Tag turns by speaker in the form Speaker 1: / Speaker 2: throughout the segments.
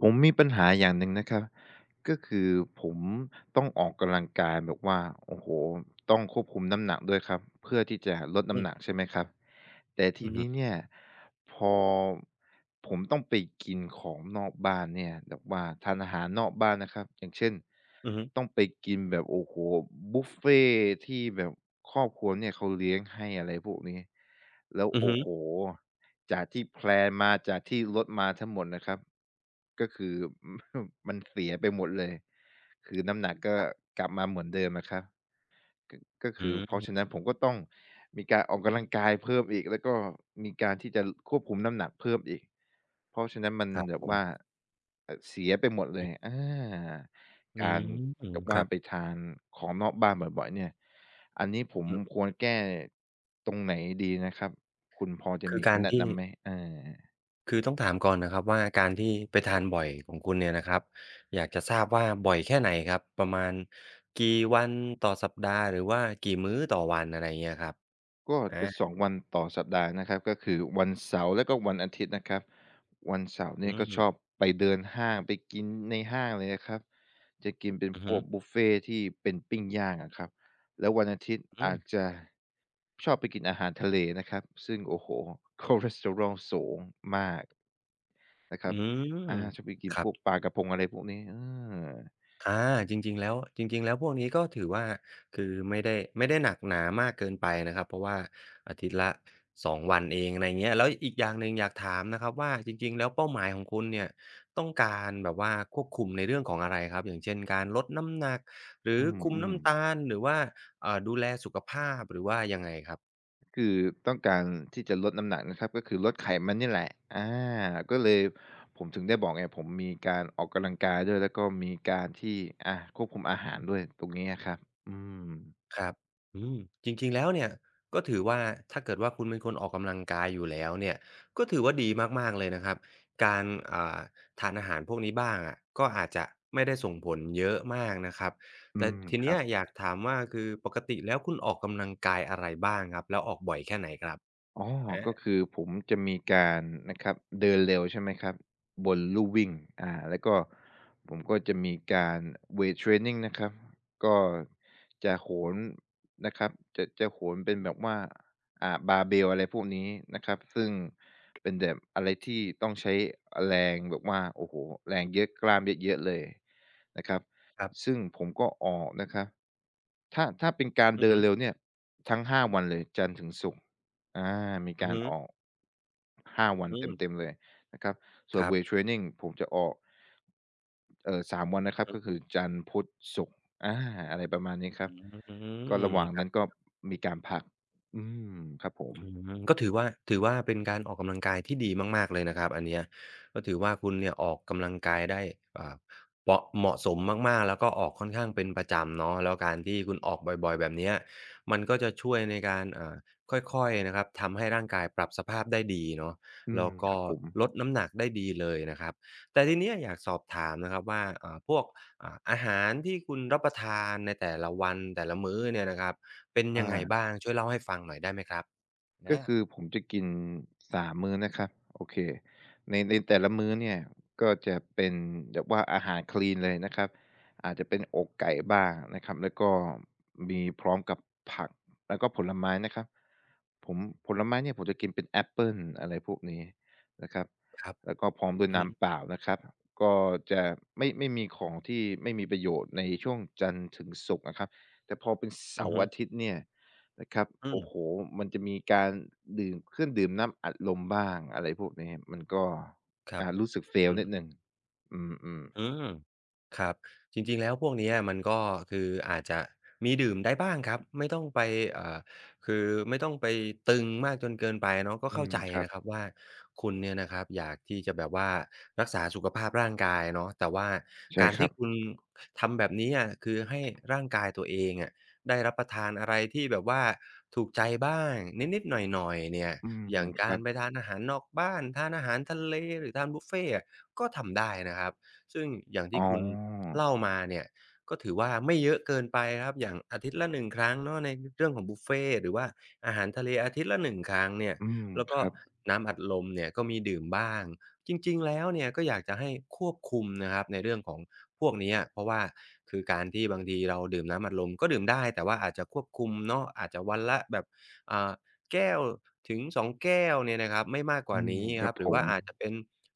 Speaker 1: ผมมีปัญหาอย่างหนึ่งนะครับก็คือผมต้องออกกำลังกายแบบว่าโอ้โฮต้องควบคุมน้ำหนักด้วยครับเพื่อที่จะลด
Speaker 2: อื
Speaker 1: น้ำหนัก
Speaker 2: ม
Speaker 1: ใช่ไหมครับแต่ที
Speaker 2: อือฮึ
Speaker 1: นี้เนี่ยพอผมต้องไปกินของนอกบ้านเนี่ยแบบว่าทานอาหารนอกบ้านนะครับอย่างเช่น
Speaker 2: อือฮึ
Speaker 1: ต้องไปกินแบบโอ้โฮบุฟเฟต์ที่แบบครอบครัวเนี่ยเขาเลี้ยงให้อะไรพวกนี้แล้ว
Speaker 2: อือ
Speaker 1: โอ้
Speaker 2: ฮึ
Speaker 1: โฮ จากที่แพลนมาจากที่ลดมาทั้งหมดนะครับก็คือ มันเสียไปหมดเลยคือน้ำหนักก็กลับมาเหมือนเดิมนะครับ ก็ก็
Speaker 2: อื
Speaker 1: คือเพราะฉะ
Speaker 2: ม
Speaker 1: นั้นผมก็ต้องมีการออกกำลังกายเพิ่มอีกแล้วก็มีการที่จะควบคุมน้ำหนักเพิ่มอีกเพราะฉะนั้นมัน
Speaker 2: ครับ
Speaker 1: แบ
Speaker 2: ผ
Speaker 1: บว่า
Speaker 2: ม
Speaker 1: เสียไปหมดเลย
Speaker 2: อื
Speaker 1: การแบ
Speaker 2: ม
Speaker 1: บ
Speaker 2: ค
Speaker 1: ว่า
Speaker 2: รับ
Speaker 1: ไปทานของนอกบ้านบ่อยๆเนี่ยอันนี้ผม
Speaker 2: อืม
Speaker 1: ควรแก้ตรงไหนดีนะครับคุณพอจะ
Speaker 2: คือ
Speaker 1: มี
Speaker 2: การ
Speaker 1: คำแนะ
Speaker 2: ที่
Speaker 1: นำไหม
Speaker 2: คือต้องถามก่อนนะครับว่าการที่ไปทานบ่อยของคุณเนี่ยนะครับอยากจะทราบว่าบ่อยแค่ไหนครับ ประมาณกี่วันต่อสัปดาห์หรือว่ากี่มื้อต่อวันอะไรเงี้ยครับ
Speaker 1: ก็
Speaker 2: อา
Speaker 1: จะ2 วันต่อสัปดาห์นะครับก็คือวันเสาร์แล้วก็วันอาทิตย์นะครับวันเสาร์
Speaker 2: อื
Speaker 1: เนี่ยก็ช
Speaker 2: ม
Speaker 1: อบไปเดินห้างไปกินในห้างเลยนะครับจะกินเป็น
Speaker 2: อือ
Speaker 1: พ
Speaker 2: ฮึ
Speaker 1: วกบุฟเฟต์ที่เป็นปิ้งย่างอะครับแล้ววันอาทิตย์
Speaker 2: อื
Speaker 1: อาจ
Speaker 2: ม
Speaker 1: จะชอบไปกินอาหารทะเลนะครับซึ่งโอ้โฮคอเลสเตอรอลสูงมากนะค
Speaker 2: อื
Speaker 1: รับ
Speaker 2: ม
Speaker 1: อาชอบไปกิน
Speaker 2: ครั
Speaker 1: พ
Speaker 2: บ
Speaker 1: วกปลากะพงอะไรพวกนี้เออ
Speaker 2: อาจริงๆแล้วจริงๆแล้วพวกนี้ก็ถือว่าคือไม่ได้หนักหนามากเกินไปนะครับเพราะว่าอาทิตย์ละสองวันเองอะไรเงี้ยแล้วอีกอย่างหนึ่งอยากถามนะครับว่าจริงๆแล้วเป้าหมายของคุณเนี่ยต้องการแบบว่าควบคุมในเรื่องของอะไรครับอย่างเช่นการลดน้ำหนักหรื
Speaker 1: อื
Speaker 2: อคุม
Speaker 1: ม
Speaker 2: น้ำตา
Speaker 1: ๆ
Speaker 2: ลหรือว่าดูแลสุขภาพหรือว่ายังไงครับ
Speaker 1: คือต้องการที่จะลดน้ำหนักนะครับก็คือลดไขมันนี่แหละอาก็เลยผมถึงได้บอกไงผมมีการออกกำลังกายด้วยแล้วก็มีการที่อาควบคุมอาหารด้วยตรงนี้อะครับอืม
Speaker 2: ครับอืมจริงๆแล้วเนี่ยก็ถือว่าถ้าเกิดว่าคุณเป็นคนออกกำลังกายอยู่แล้วเนี่ยก็ถือว่าดีมากๆเลยนะครับการอ่าทานอาหารพวกนี้บ้างอะก็อาจจะไม่ได้ส่งผลเยอะมากนะครับ
Speaker 1: อื
Speaker 2: แต่
Speaker 1: ม
Speaker 2: ที
Speaker 1: ครั
Speaker 2: เนี้ย
Speaker 1: บ
Speaker 2: อยากถามว่าคือปกติแล้วคุณออกกำลังกายอะไรบ้างครับแล้วออกบ่อยแค่ไหนครับ
Speaker 1: อ๋อ
Speaker 2: อา
Speaker 1: ก็คือผมจะมีการนะครับเดินเร็วใช่ไหมครับบนลู่วิ่งแล้วก็ผมก็จะมีการเวทเทรนนิงนะครับก็จะโหนนะครับจะโหนเป็นแบบว่าบาร์เบลอะไรพวกนี้นะครับซึ่งเป็นแบบอะไรที่ต้องใช้แรงแบบว่าโอ้โหแรงเยอะกล้ามเยอะๆเลยนะครับ
Speaker 2: ครับ
Speaker 1: ซึ่งผมก็ออกนะครับถ้าเป็นการ
Speaker 2: อือ
Speaker 1: เดิน
Speaker 2: ฮึ
Speaker 1: เร็วเนี่ยทั้ง5วันเลยจันทร์ถึงศุกร์ มี
Speaker 2: อือ
Speaker 1: การ
Speaker 2: ฮึ
Speaker 1: ออก5วัน
Speaker 2: อื
Speaker 1: เ
Speaker 2: ม
Speaker 1: ต็มๆเลยนะครับส่ว
Speaker 2: ค
Speaker 1: น
Speaker 2: รั
Speaker 1: เว
Speaker 2: บ
Speaker 1: ตเทรนนิงผมจะออก3วันนะครับ
Speaker 2: อือ
Speaker 1: ก็คือจันทร์พุธศุกร์อาอะไรประมาณนี้ครับ
Speaker 2: อื
Speaker 1: ก็ระ
Speaker 2: ม
Speaker 1: หว่าง
Speaker 2: ครั
Speaker 1: นั้น
Speaker 2: บ
Speaker 1: ก็มีการพักอืมครับผม
Speaker 2: อืมก็ถือว่าถือว่าเป็นการออกกำลังกายที่ดีมากๆ เลยนะครับอันเนี้ยก็ถือว่าคุณเนี่ยออกกำลังกายได้อ่าเปาะเหมาะสมมากๆ แล้วก็ออกค่อนข้างเป็นประจำเนาะแล้วการที่คุณออกบ่อยๆ แบบเนี้ยมันก็จะช่วยในการค่อยๆนะครับทำให้ร่างกายปรับสภาพได้ดีเนาะ
Speaker 1: อื
Speaker 2: แล้
Speaker 1: ม
Speaker 2: ว
Speaker 1: ค
Speaker 2: ก็
Speaker 1: รับผม
Speaker 2: ลดน้ำหนักได้ดีเลยนะครับแต่ทีเนี้ยอยากสอบถามนะครับว่าพวกอาหารที่คุณรับประทานในแต่ละวันแต่ละมื้อเนี่ยนะครับเป็นยั
Speaker 1: อา
Speaker 2: งไงบ้างช่วยเล่าให้ฟังหน่อยได้ไหมครับ
Speaker 1: ก็
Speaker 2: นะ
Speaker 1: คือผมจะกิน3มมื้อนะครับโอเคในแต่ละมื้อเนี่ยก็จะเป็นแบบว่าอาหารคลีนเลยนะครับอาจจะเป็นอกไก่บ้างนะครับแล้วก็มีพร้อมกับผักแล้วก็ผลไม้นะครับผมผลไม้เนี่ยผมจะกินเป็นแอปเปิลอะไรพวกนี้นะครับ
Speaker 2: ครับ
Speaker 1: แล้วก็พร้อมด้วย
Speaker 2: อือฮึ
Speaker 1: น้ำเปล่านะครับก็จะไม่มีของที่ไม่มีประโยชน์ในช่วงจันทร์ถึงศุกร์นะครับแต่พอเป็น
Speaker 2: อื
Speaker 1: เสา
Speaker 2: อ
Speaker 1: ร์
Speaker 2: ฮึ
Speaker 1: อาทิตย์เนี่ย นะครับ
Speaker 2: อืม
Speaker 1: โอ้โหมันจะมีการดื่มเครื่องดื่มน้ำอัดลมบ้างอะไรพวกนี้มันก็
Speaker 2: ครับ
Speaker 1: รู้สึก fail
Speaker 2: อืม
Speaker 1: นิดหนึ่งอืม
Speaker 2: อืมครับจริงๆแล้วพวกเนี้ยมันก็คืออาจจะมีดื่มได้บ้างครับไม่ต้องไปเอ่อคือไม่ต้องไปตึงมากจนเกินไปเนาะก็
Speaker 1: ๆอื
Speaker 2: เข้า
Speaker 1: ม
Speaker 2: ใจ
Speaker 1: ครับ
Speaker 2: นะครับว่าคุณเนี่ยนะครับอยากที่จะแบบว่ารักษาสุขภาพร่างกายเนาะแต่ว่า
Speaker 1: ใช่
Speaker 2: การ
Speaker 1: ครั
Speaker 2: ที่
Speaker 1: บ
Speaker 2: คุณทำแบบนี้อะคือให้ร่างกายตัวเองอะได้รับประทานอะไรที่แบบว่าถูกใจบ้างนิดๆหน่อยๆเนี่ย
Speaker 1: อืม
Speaker 2: อย่าง
Speaker 1: ค
Speaker 2: กา
Speaker 1: รั
Speaker 2: ร
Speaker 1: บ
Speaker 2: ไปทานอาหารนอกบ้านทานอาหารทะเลหรือทานบุฟเฟต์อะก็ทำได้นะครับ ซึ่งอย่าง
Speaker 1: อ๋
Speaker 2: ที่
Speaker 1: อ
Speaker 2: คุณเล่ามาเนี่ยก็ถือว่าไม่เยอะเกินไปครับอย่างอาทิตย์ละหนึ่งครั้งเนาะในเรื่องของบุฟเฟต์หรือว่าอาหารทะเลอาทิตย์ละหนึ่งครั้งเนี่ย
Speaker 1: อืม
Speaker 2: แล้ว
Speaker 1: ค
Speaker 2: ก็
Speaker 1: รับ
Speaker 2: น้ำอัดลมเนี่ยก็มีดื่มบ้างจริงๆแล้วเนี่ยก็อยากจะให้ควบคุมนะครับในเรื่องของพวกเนี้ยเพราะว่าคือการที่บางทีเราดื่มน้ำอัดลมก็ดื่มได้แต่ว่าอาจจะควบคุมเนาะอาจจะวันละแบบอ่า แก้วถึง2แก้วเนี่ยนะครับไม่มากก
Speaker 1: อื
Speaker 2: ว่า
Speaker 1: ม
Speaker 2: นี้
Speaker 1: ค
Speaker 2: ค
Speaker 1: รับ
Speaker 2: รับห
Speaker 1: ผ
Speaker 2: รือว่า
Speaker 1: ม
Speaker 2: อาจจะเป็น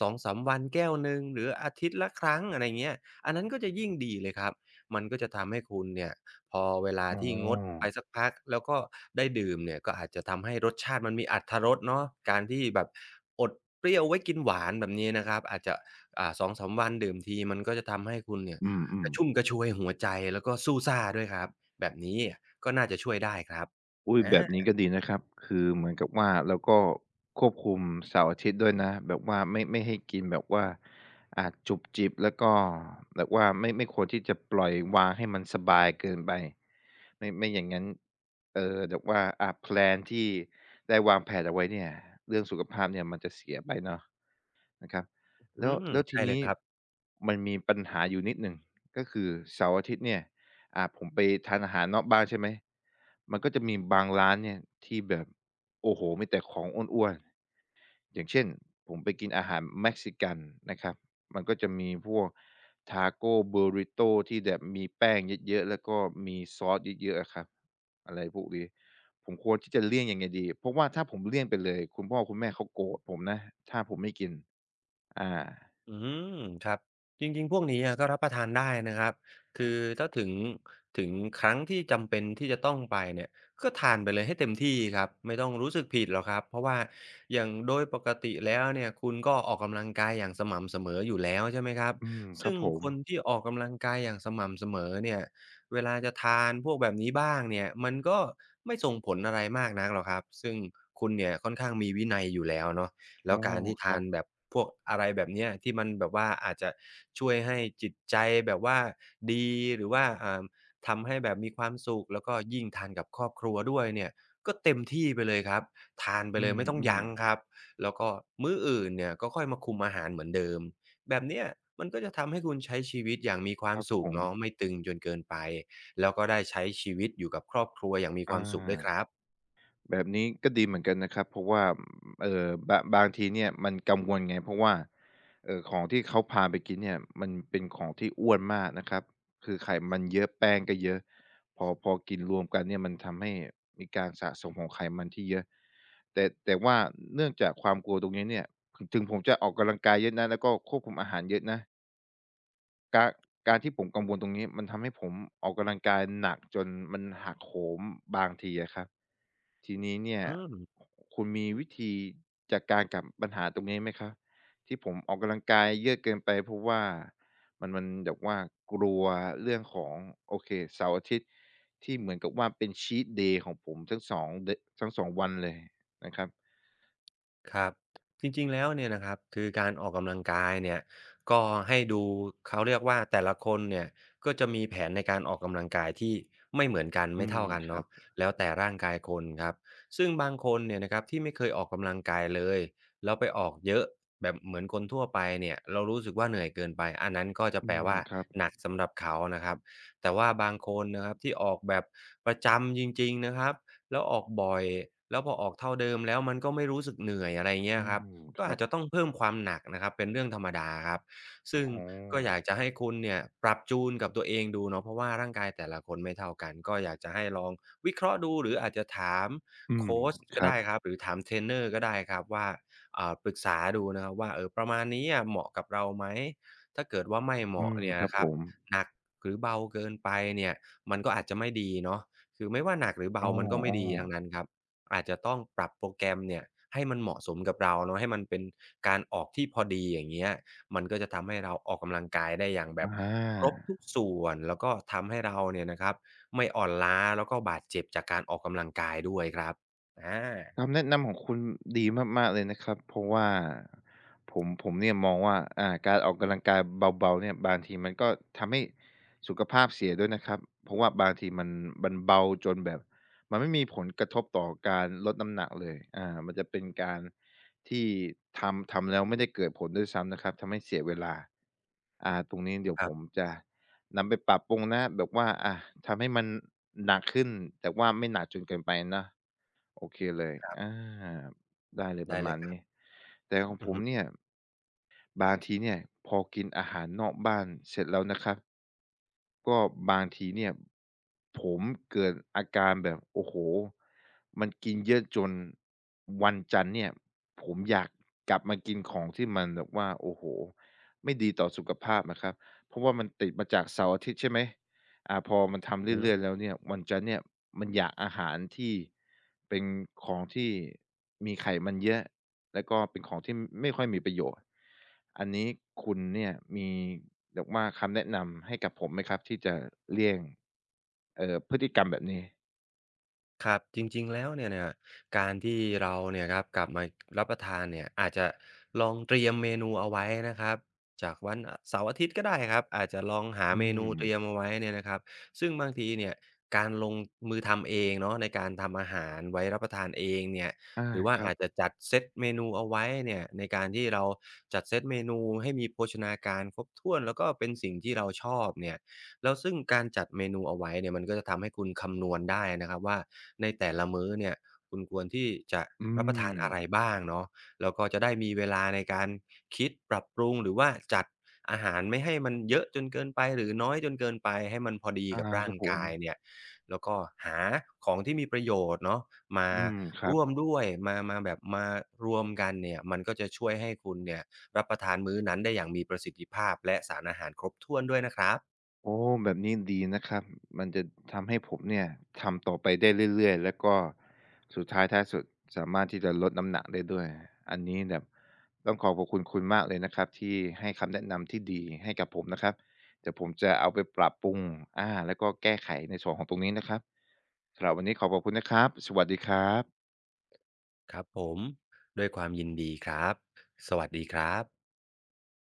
Speaker 2: 2มวันแก้วหนึ่งหรืออาทิตย์ละครั้งอะไรเงี้ยอันนั้นก็จะยิ่งดีเลยครับมันก็จะทำให้คุณเนี่ยพอเวลา
Speaker 1: อ๋
Speaker 2: ที่งด
Speaker 1: อ
Speaker 2: ไปสักพักแล้วก็ได้ดื่มเนี่ยก็อาจจะทำให้รสชาติมันมีอรรถรสเนาะการที่แบบอดเปรี้ยวไว้กินหวานแบบนี้นะครับอาจจะ2-3วันดื่มทีมันก็จะทำให้คุณเนี่ย
Speaker 1: อื
Speaker 2: ก
Speaker 1: ม
Speaker 2: ระชุ่ม
Speaker 1: ๆ
Speaker 2: กระชวยหัวใจแล้วก็สู้ซ่าด้วยครับแบบนี้ก็น่าจะช่วยได้ครับ
Speaker 1: อุ๊ยแบบนี้
Speaker 2: อา
Speaker 1: ก็ดีนะครับ คือเหมือนกับว่าเราก็ควบคุมเสาร์อาทิตย์ด้วยนะ แบบว่าไม่ให้กินแบบว่าจุบจิบแล้วก็แบบว่าไม่ควรที่จะปล่อยวางให้มันสบายเกินไป ไม่อย่างงั้นแบบว่าแพลนที่ได้วางแผนเอาไว้เนี่ยเรื่องสุขภาพเนี่ยมันจะเสียไปเนาะ นะครับ
Speaker 2: อื
Speaker 1: แล้ว
Speaker 2: ม
Speaker 1: แล้วที
Speaker 2: ใช่เลย
Speaker 1: นี้
Speaker 2: ครับ
Speaker 1: มันมีปัญหาอยู่นิดหนึ่งก็คือเสาร์อาทิตย์เนี่ยผมไปทานอาหารนอกบ้านใช่ไหมมันก็จะมีบางร้านเนี่ยที่แบบโอ้โฮมีแต่ของอ้วนๆ อย่างเช่นผมไปกินอาหารเม็กซิกันนะครับมันก็จะมีพวกทาโกบูริโตที่แบบมีแป้งเยอะๆแล้วก็มีซอสเยอะๆอะครับอะไรพวกนี้ผมควรที่จะเลี่ยงยังไงดีเพราะว่าถ้าผมเลี่ยงไปเลยคุณพ่อคุณแม่เขาโกรธผมนะถ้าผมไม่กินอา
Speaker 2: อืมครับจริงๆพวกนี้อะก็รับประทานได้นะครับคือถ้าถึงครั้งที่จำเป็นที่จะต้องไปเนี่ยก็ทานไปเลยให้เต็มที่ครับไม่ต้องรู้สึกผิดหรอกครับเพราะว่าอย่างโดยปกติแล้วเนี่ยคุณก็ออกกำลังกายอย่างสม่ำเสมออยู่แล้วใช่ไหมครับ
Speaker 1: อืมครั
Speaker 2: ซึ่
Speaker 1: บ
Speaker 2: ง
Speaker 1: ผ
Speaker 2: ค
Speaker 1: ม
Speaker 2: นที่ออกกำลังกายอย่างสม่ำเสมอเนี่ยเวลาจะทานพวกแบบนี้บ้างเนี่ยมันก็ไม่ส่งผลอะไรมากนักหรอกครับซึ่งคุณเนี่ยค่อนข้างมีวินัยอยู่แล้วเนาะ แล้
Speaker 1: อ๋อ
Speaker 2: วการที่
Speaker 1: ค
Speaker 2: ทา
Speaker 1: รั
Speaker 2: น
Speaker 1: บ
Speaker 2: แบบพวกอะไรแบบเนี้ยที่มันแบบว่าอาจจะช่วยให้จิตใจแบบว่าดีหรือว่าทำให้แบบมีความสุขแล้วก็ยิ่งทานกับครอบครัวด้วยเนี่ยก็เต็มที่ไปเลยครับทานไป
Speaker 1: อื
Speaker 2: เลยไม่ต้อง
Speaker 1: ม
Speaker 2: ยั้งค
Speaker 1: ๆ
Speaker 2: รับแล้วก็มื้ออื่นเนี่ยก็ค่อยมาคุมอาหารเหมือนเดิมแบบเนี้ยมันก็จะทำให้คุณใช้ชีวิตอย่างมีควา
Speaker 1: ค
Speaker 2: ม
Speaker 1: รับผ
Speaker 2: สุข
Speaker 1: ม
Speaker 2: เนาะไม่ตึงจนเกินไปแล้วก็ได้ใช้ชีวิตอยู่กับครอบครัวอย่างมีค
Speaker 1: อา
Speaker 2: วามสุขด้วยครับ
Speaker 1: แบบนี้ก็ดีเหมือนกันนะครับเพราะว่าบางทีเนี่ยมันกังวลไงเพราะว่าของที่เขาพาไปกินเนี่ยมันเป็นของที่อ้วนมากนะครับคือไขมันเยอะแป้งก็เยอะพอกินรวมกันเนี่ยมันทำให้มีการสะสมของไขมันที่เยอะแต่ว่าเนื่องจากความกลัวตรงนี้เนี่ยถึงผมจะออกกำลังกายเยอะนะแล้วก็ควบคุมอาหารเยอะนะการการที่ผมกังวลตรงนี้มันทำให้ผมออกกำลังกายหนักจนมันหักโหมบางทีอะครับ ทีนี้เนี่ย
Speaker 2: อืม
Speaker 1: คุณมีวิธีจัดการกับปัญหาตรงนี้ไหมครับที่ผมออกกำลังกายเยอะเกินไปเพราะว่ามันแบบว่ากลัวเรื่องของโอเคเสาร์อาทิตย์ที่เหมือนกับว่าเป็น Cheat Day ของผมทั้ง2เดทั้งสองวันเลยนะครับ
Speaker 2: ครับจริงๆแล้วเนี่ยนะครับคือการออกกำลังกายเนี่ยก็ให้ดูเขาเรียกว่าแต่ละคนเนี่ยก็จะมีแผนในการออกกำลังกายที่ไม่เหมือนกัน
Speaker 1: อื
Speaker 2: ไม่
Speaker 1: ม
Speaker 2: เท่ากัน
Speaker 1: ครับ
Speaker 2: เนาะแล้วแต่ร่างกายคนครับซึ่งบางคนเนี่ยนะครับที่ไม่เคยออกกำลังกายเลยแล้วไปออกเยอะแบบเหมือนคนทั่วไปเนี่ยเรารู้สึกว่าเหนื่อยเกินไปอันนั้นก็จะ
Speaker 1: อื
Speaker 2: แปล
Speaker 1: ม
Speaker 2: ว่า
Speaker 1: ครับ
Speaker 2: หนักสำหรับเขานะครับแต่ว่าบางคนนะครับที่ออกแบบประจำจริงๆนะครับ แล้วออกบ่อยแล้วพอออกเท่าเดิมแล้วมันก็ไม่รู้สึกเหนื่อยอะไรเงี้
Speaker 1: อื
Speaker 2: ยครับ
Speaker 1: มค
Speaker 2: ก็
Speaker 1: รั
Speaker 2: อา
Speaker 1: บ
Speaker 2: จจะต้องเพิ่มความหนักนะครับเป็นเรื่องธรรมดาครับซึ่ง
Speaker 1: อ๋
Speaker 2: ก็อยาก
Speaker 1: อ
Speaker 2: จะให้คุณเนี่ยปรับจูนกับตัวเองดูเนาะเพราะว่าร่างกายแต่ละคนไม่เท่ากันก็อยากจะให้ลองวิเคราะห์ดูหรืออาจจะถาม
Speaker 1: อื
Speaker 2: โค
Speaker 1: ม
Speaker 2: ช
Speaker 1: ค
Speaker 2: ก็
Speaker 1: รับ
Speaker 2: ได้ครับหรือถามเทรนเนอร์ก็ได้ครับว่าปรึกษาดูนะครับว่าเออประมาณนี้อะเหมาะกับเราไหมถ้าเกิดว่าไม่เห
Speaker 1: อื
Speaker 2: มาะ
Speaker 1: ม
Speaker 2: เนี่ย
Speaker 1: ครับ
Speaker 2: นะค
Speaker 1: ผ
Speaker 2: รับ
Speaker 1: ม
Speaker 2: หนักหรือเบาเกินไปเนี่ยมันก็อาจจะไม่ดีเนาะ คือไม่ว่าหนักหรือ
Speaker 1: อ้
Speaker 2: เบา
Speaker 1: อ
Speaker 2: มันก็ไม่ดีทั้งนั้น
Speaker 1: ๆ
Speaker 2: ครับอาจจะต้องปรับโปรแกรมเนี่ยให้มันเหมาะสมกับเราเนาะให้มันเป็นการออกที่พอดีอย่างเงี้ยมันก็จะทำให้เราออกกำลังกายได้อย่างแบบ
Speaker 1: อ
Speaker 2: ครบ
Speaker 1: า
Speaker 2: ทุกส่วนแล้วก็ทำให้เราเนี่ยนะครับไม่อ่อนล้าแล้วก็บาดเจ็บจากการออกกำลังกายด้วยครับอา
Speaker 1: คำแนะนำของคุณดีมากๆเลยนะครับเพราะว่าผมเนี่ยมองว่าการออกกำลังกายเบาๆเนี่ยบางทีมันก็ทำให้สุขภาพเสียด้วยนะครับเพราะว่าบางทีมันเบาจนแบบมันไม่มีผลกระทบต่อการลดน้ำหนักเลยอ่ามันจะเป็นการที่ทำแล้วไม่ได้เกิดผลด้วยซ้ำนะครับทำให้เสียเวลาอ่าตรงนี้เดี๋ยวผม
Speaker 2: ค
Speaker 1: จะนำไปปรับปรุงนะแบบว่าอ่าทำให้มันหนักขึ้นแต่ว่าไม่หนักจนเกินไปนะ โอเคเลย
Speaker 2: รับ
Speaker 1: อาได้เลย
Speaker 2: ๆ
Speaker 1: ป
Speaker 2: ได้
Speaker 1: ระ
Speaker 2: เล
Speaker 1: มาณ
Speaker 2: ยครั
Speaker 1: นี้
Speaker 2: บ
Speaker 1: แต่ของผ
Speaker 2: อือ
Speaker 1: ม
Speaker 2: ฮ
Speaker 1: เนี่ยบางทีเนี่ยพอกินอาหารนอกบ้านเสร็จแล้วนะครับ ก็บางทีเนี่ยผมเกิดอาการแบบโอ้โฮมันกินเยอะจนวันจันทร์เนี่ยผมอยากกลับมากินของที่มันแบบว่าโอ้โฮไม่ดีต่อสุขภาพนะครับ เพราะว่ามันติดมาจากเสาร์อาทิตย์ใช่ไหม อ่าพอมันทำ
Speaker 2: ึ
Speaker 1: เรื่อยๆแล้วเนี่ยมันจะเนี่ยมันอยากอาหารที่เป็นของที่มีไขมันเยอะแล้วก็เป็นของที่ไม่ค่อยมีประโยชน์อันนี้คุณเนี่ยมีแบบว่าคำแนะนำให้กับผมไหมครับที่จะเลี่ยงพฤติกรรมแบบนี้
Speaker 2: ครับจริงๆแล้วเนี่ยเนี่ยการที่เราเนี่ยครับกลับมารับประทานเนี่ยอาจจะลองเตรียมเมนูเอาไว้นะครับจากวันอเสาร์อาทิตย์ก็ได้ครับอาจจะลองหา
Speaker 1: อื
Speaker 2: เม
Speaker 1: ม
Speaker 2: นูเตรียมเอาไว้เนี่ยนะครับซึ่งบางทีเนี่ยการลงมือทำเองเนาะในการทำอาหารไว้รับประทานเองเนี่ย
Speaker 1: อา
Speaker 2: หรือว่า
Speaker 1: ครับ
Speaker 2: อาจจะจัดเซตเมนูเอาไว้เนี่ยในการที่เราจัดเซตเมนูให้มีโภชนาการครบถ้วนแล้วก็เป็นสิ่งที่เราชอบเนี่ย แล้วซึ่งการจัดเมนูเอาไว้เนี่ยมันก็จะทำให้คุณคำนวณได้นะครับว่าในแต่ละมื้อเนี่ยคุณควรที่จะ
Speaker 1: อื
Speaker 2: รับประทานอะไร
Speaker 1: ม
Speaker 2: บ้างเนาะแล้วก็จะได้มีเวลาในการคิดปรับปรุงหรือว่าจัดอาหารไม่ให้มันเยอะจนเกินไปหรือน้อยจนเกินไปให้มันพอดี
Speaker 1: อา
Speaker 2: กับ
Speaker 1: ค
Speaker 2: ร่า
Speaker 1: รับ
Speaker 2: ง
Speaker 1: ผม
Speaker 2: กายเนี่ยแล้วก็หาของที่มีประโยชน์เนาะมา
Speaker 1: อืมครับ
Speaker 2: ร่วมด้วยมามาแบบมารวมกันเนี่ยมันก็จะช่วยให้คุณเนี่ยรับประทานมื้อนั้นได้อย่างมีประสิทธิภาพและสารอาหารครบถ้วนด้วยนะครับ
Speaker 1: โอ้แบบนี้ดีนะครับมันจะทำให้ผมเนี่ยทำต่อไปได้เรื่อยๆแล้วก็สุดท้ายท้ายสุดสามารถที่จะลดน้ำหนักได้ด้วยอันนี้แบบต้องขอบคุณคุณมากเลยนะครับที่ให้คำแนะนำที่ดีให้กับผมนะครับเดี๋ยวผมจะเอาไปปรับปรุงอาแล้วก็แก้ไขในส่วนของตรงนี้นะครับสำหรับวันนี้ขอขอบคุณนะครับสวัสดีครับ
Speaker 2: ครับผมด้วยความยินดีครับสวัสดีครับ